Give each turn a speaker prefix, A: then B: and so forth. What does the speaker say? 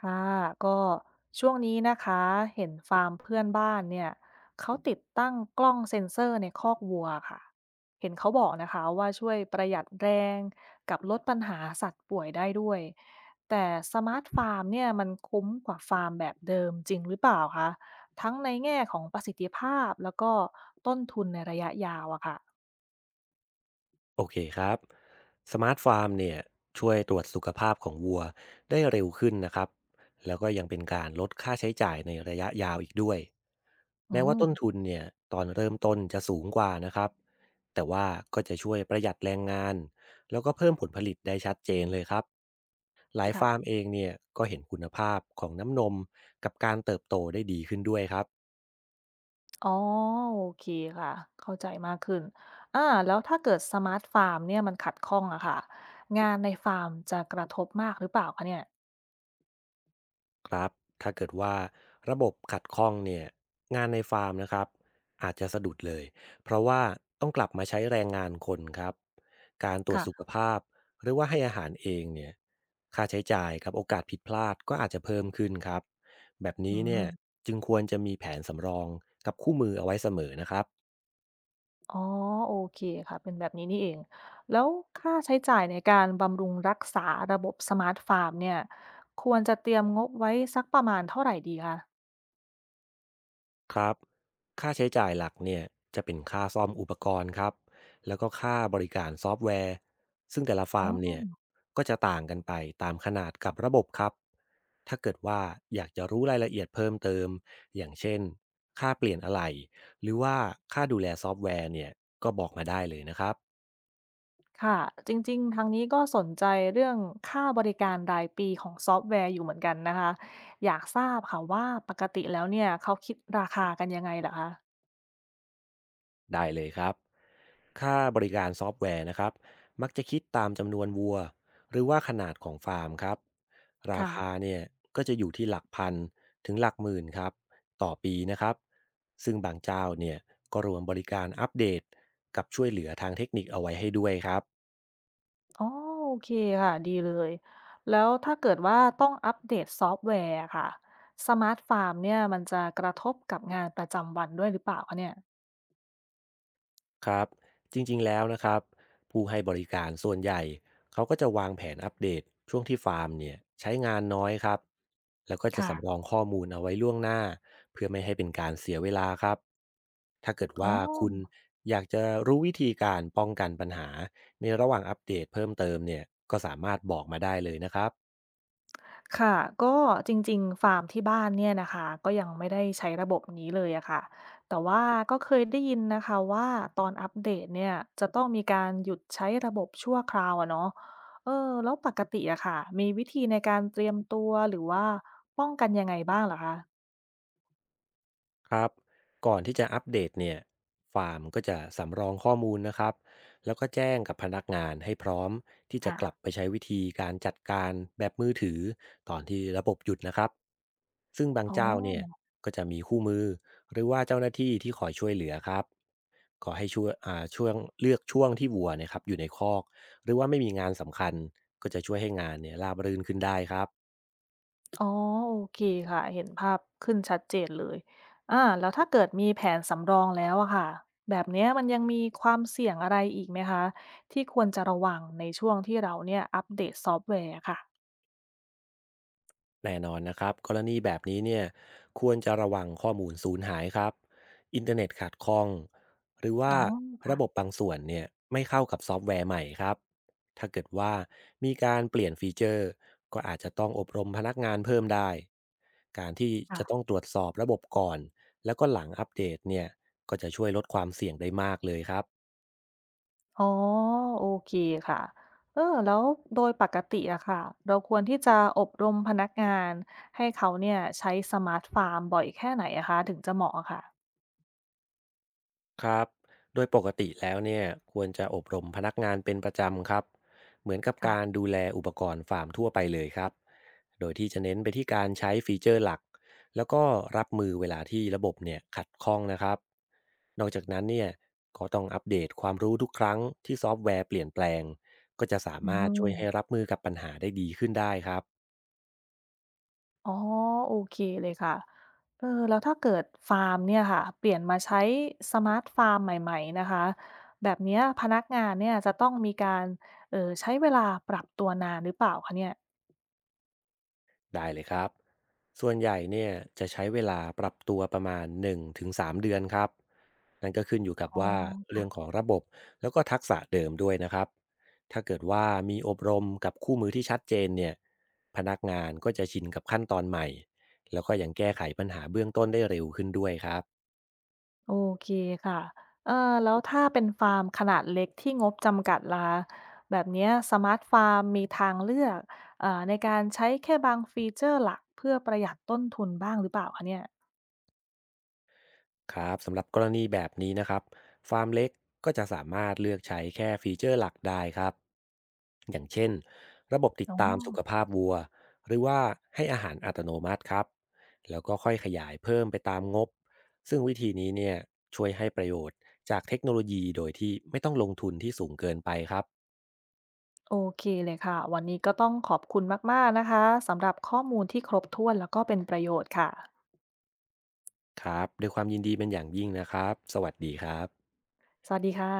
A: ค่ะก็ช่วงนี้นะคะเห็นฟาร์มเพื่อนบ้านเนี่ยเขาติดตั้งกล้องเซ็นเซอร์ในคอกวัวค่ะเห็นเขาบอกนะคะว่าช่วยประหยัดแรงกับลดปัญหาสัตว์ป่วยได้ด้วยแต่สมาร์ทฟาร์มเนี่ยมันคุ้มกว่าฟาร์มแบบเดิมจริงหรือเปล่าคะทั้งในแง่ของประสิทธิภาพแล้วก็ต้นทุนในระยะยาวอะค่ะ
B: โอเคครับ สมาร์ทฟาร์มเนี่ยช่วยตรวจสุขภาพของวัวได้เร็วขึ้นนะครับ แล้วก็ยังเป็นการลดค่าใช้จ่ายในระยะยาวอีกด้วย
A: อื
B: แม้ว่า
A: ม
B: ต้นทุนเนี่ยตอนเริ่มต้นจะสูงกว่านะครับ แต่ว่าก็จะช่วยประหยัดแรงงานแล้วก็เพิ่มผลผลิตได้ชัดเจนเลยครับหลายฟาร์ม
A: ค่ะ
B: เองเนี่ยก็เห็นคุณภาพของน้ำนมกับการเติบโตได้ดีขึ้นด้วยครับ
A: อ๋อโอเคค่ะเข้าใจมากขึ้นอาแล้วถ้าเกิดสมาร์ทฟาร์มเนี่ยมันขัดข้องอะค่ะงานในฟาร์มจะกระทบมากหรือเปล่าคะเนี่ย
B: ครับถ้าเกิดว่าระบบขัดข้องเนี่ยงานในฟาร์มนะครับอาจจะสะดุดเลย เพราะว่าต้องกลับมาใช้แรงงานคนครับการตรวจสุข
A: ค่ะ
B: ภาพหรือว่าให้อาหารเองเนี่ยค่าใช้จ่ายกับโอกาสผิดพลาดก็อาจจะเพิ่มขึ้นครับแบบ
A: อื
B: นี้เนี่ย
A: ม
B: จึงควรจะมีแผนสำรองกับคู่มือเอาไว้เสมอนะครับ
A: อ๋อโอเคค่ะเป็นแบบนี้นี่เองแล้วค่าใช้จ่ายในการบำรุงรักษาระบบสมาร์ทฟาร์มเนี่ยควรจะเตรียมงบไว้สักประมาณเท่าไหรดีคะ
B: ครับค่าใช้จ่ายหลักเนี่ยจะเป็นค่าซ่อมอุปกรณ์ครับแล้วก็ค่าบริการซอฟต์แวร์ ซึ่งแต่ละ
A: อ๋
B: ฟาร์มเนี่ย
A: อ
B: ก็จะต่างกันไปตามขนาดกับระบบครับถ้าเกิดว่าอยากจะรู้รายละเอียดเพิ่มเติม อย่างเช่นค่าเปลี่ยนอะไหล่หรือว่าค่าดูแลซอฟต์แวร์เนี่ยก็บอกมาได้เลยนะครับ
A: ค่ะจริงๆทางนี้ก็สนใจเรื่องค่าบริการรายปีของซอฟต์แวร์อยู่เหมือนกันนะคะอยากทราบค่ะว่าปกติแล้วเนี่ยเขาคิดราคากันยังไงเหรอคะ
B: ได้เลยครับค่าบริการซอฟต์แวร์นะครับมักจะคิดตามจำนวนวัวหรือว่าขนาดของฟาร์มครับราคา
A: ค่ะ
B: เนี่ยก็จะอยู่ที่หลักพันถึงหลักหมื่นครับต่อปีนะครับซึ่งบางเจ้าเนี่ยก็รวมบริการอัปเดตกับช่วยเหลือทางเทคนิคเอาไว้ให้ด้วยครับ
A: อ๋อโอเคค่ะดีเลยแล้วถ้าเกิดว่าต้องอัปเดตซอฟต์แวร์อะค่ะสมาร์ทฟาร์มเนี่ยมันจะกระทบกับงานประจำวันด้วยหรือเปล่าคะเนี่ย
B: ครับจริงๆแล้วนะครับผู้ให้บริการส่วนใหญ่เขาก็จะวางแผนอัปเดตช่วงที่ฟาร์มเนี่ยใช้งานน้อยครับแล้วก็จะ
A: ค่ะ
B: สำรองข้อมูลเอาไว้ล่วงหน้าเพื่อไม่ให้เป็นการเสียเวลาครับถ้าเกิด
A: อ๋อ
B: ว่าคุณอยากจะรู้วิธีการป้องกันปัญหาในระหว่างอัปเดตเพิ่มเติมเนี่ยก็สามารถบอกมาได้เลยนะครับ
A: ค่ะก็จริงๆฟาร์มที่บ้านเนี่ยนะคะก็ยังไม่ได้ใช้ระบบนี้เลยอะค่ะแต่ว่าก็เคยได้ยินนะคะว่าตอนอัปเดตเนี่ยจะต้องมีการหยุดใช้ระบบชั่วคราวอะเนาะแล้วปกติอะค่ะมีวิธีในการเตรียมตัวหรือว่าป้องกันยังไงบ้างเหรอคะ
B: ครับก่อนที่จะอัปเดตเนี่ยฟาร์มก็จะสำรองข้อมูลนะครับแล้วก็แจ้งกับพนักงานให้พร้อมที่จะ
A: ค่ะ
B: กลับไปใช้วิธีการจัดการแบบมือถือตอนที่ระบบหยุดนะครับซึ่งบาง
A: อ๋
B: เจ้าเนี่ย
A: อ
B: ก็จะมีคู่มือหรือว่าเจ้าหน้าที่ที่คอยช่วยเหลือครับก็ให้ช่วยช่วงเลือกช่วงที่วัวเนะครับอยู่ในคอกหรือว่าไม่มีงานสำคัญก็จะช่วยให้งานเนี่ยราบรื่นขึ้นได้ครับ
A: อ๋อโอเคค่ะเห็นภาพขึ้นชัดเจนเลยแล้วถ้าเกิดมีแผนสำรองแล้วอะค่ะแบบเนี้ยมันยังมีความเสี่ยงอะไรอีกไหมคะที่ควรจะระวังในช่วงที่เราเนี่ยอัปเดตซอฟต์แวร์ค่ะ
B: แน่นอนนะครับกรณีแบบนี้เนี่ยควรจะระวังข้อมูลสูญหายครับอินเทอร์เน็ตขาดข้องหรือว่า
A: อ๋อ
B: ระ
A: ค่ะ
B: บบบางส่วนเนี่ยไม่เข้ากับซอฟต์แวร์ใหม่ครับถ้าเกิดว่ามีการเปลี่ยนฟีเจอร์ก็อาจจะต้องอบรมพนักงานเพิ่มได้การที่จะต้อ
A: ค่ะ
B: งตรวจสอบระบบก่อนแล้วก็หลังอัปเดตเนี่ยก็จะช่วยลดความเสี่ยงได้มากเลยครับ
A: อ๋อโอเคค่ะแล้วโดยปกติอะค่ะเราควรที่จะอบรมพนักงานให้เขาเนี่ยใช้สมาร์ทฟาร์มบ่อยแค่ไหนอะคะถึงจะเหมาะอะค่ะ
B: ครับ โดยปกติแล้วเนี่ยควรจะอบรมพนักงานเป็นประจำครับเหมือนกับการ
A: ค่ะ
B: ดูแลอุปกรณ์ฟาร์มทั่วไปเลยครับ โดยที่จะเน้นไปที่การใช้ฟีเจอร์หลัก แล้วก็รับมือเวลาที่ระบบเนี่ยขัดข้องนะครับนอกจากนั้นเนี่ยก็ต้องอัปเดตความรู้ทุกครั้งที่ซอฟต์แวร์เปลี่ยนแปลง ก็จะสา
A: อื
B: มารถช่วยให้
A: ม
B: รับมือกับปัญหาได้ดีขึ้นได้ครับ
A: อ๋อโอเคเลยค่ะแล้วถ้าเกิดฟาร์มเนี่ยค่ะเปลี่ยนมาใช้สมาร์ทฟาร์มใหม่ๆนะคะแบบเนี้ยพนักงานเนี่ยจะต้องมีการใช้เวลาปรับตัวนานหรือเปล่าคะเนี่ย
B: ได้เลยครับ ส่วนใหญ่เนี่ยจะใช้เวลาปรับตัวประมาณ1-3เดือนครับนั่นก็ขึ้นอยู่กับ
A: อ๋อ
B: ว่าเรื่อง
A: ค่ะ
B: ของระบบแล้วก็ทักษะเดิมด้วยนะครับ ถ้าเกิดว่ามีอบรมกับคู่มือที่ชัดเจนเนี่ยพนักงานก็จะชินกับขั้นตอนใหม่แล้วก็ยังแก้ไขปัญหาเบื้องต้นได้เร็วขึ้นด้วยครับ
A: โอเคค่ะเออแล้วถ้าเป็นฟาร์มขนาดเล็กที่งบจำกัดล่ะะแบบเนี้ยสมาร์ทฟาร์มมีทางเลือกในการใช้แค่บางฟีเจอร์หลักเพื่อประหยัดต้นทุนบ้างหรือเปล่าคะเนี่ย
B: ครับสำหรับกรณีแบบนี้นะครับฟาร์มเล็กก็จะสามารถเลือกใช้แค่ฟีเจอร์หลักได้ครับอย่างเช่นระบบติด
A: อ๋อ
B: ตามสุขภาพวัวหรือว่าให้อาหารอัตโนมัติครับแล้วก็ค่อยขยายเพิ่มไปตามงบซึ่งวิธีนี้เนี่ยช่วยให้ประโยชน์จากเทคโนโลยีโดยที่ไม่ต้องลงทุนที่สูงเกินไปครับ
A: โอเคเลยค่ะวันนี้ก็ต้องขอบคุณมากๆนะคะสำหรับข้อมูลที่ครบถ้วนแล้วก็เป็นประโยชน์ค่ะ
B: ครับด้วยความยินดีเป็นอย่างยิ่งนะครับสวัสดีครับ
A: สวัสดีค่ะ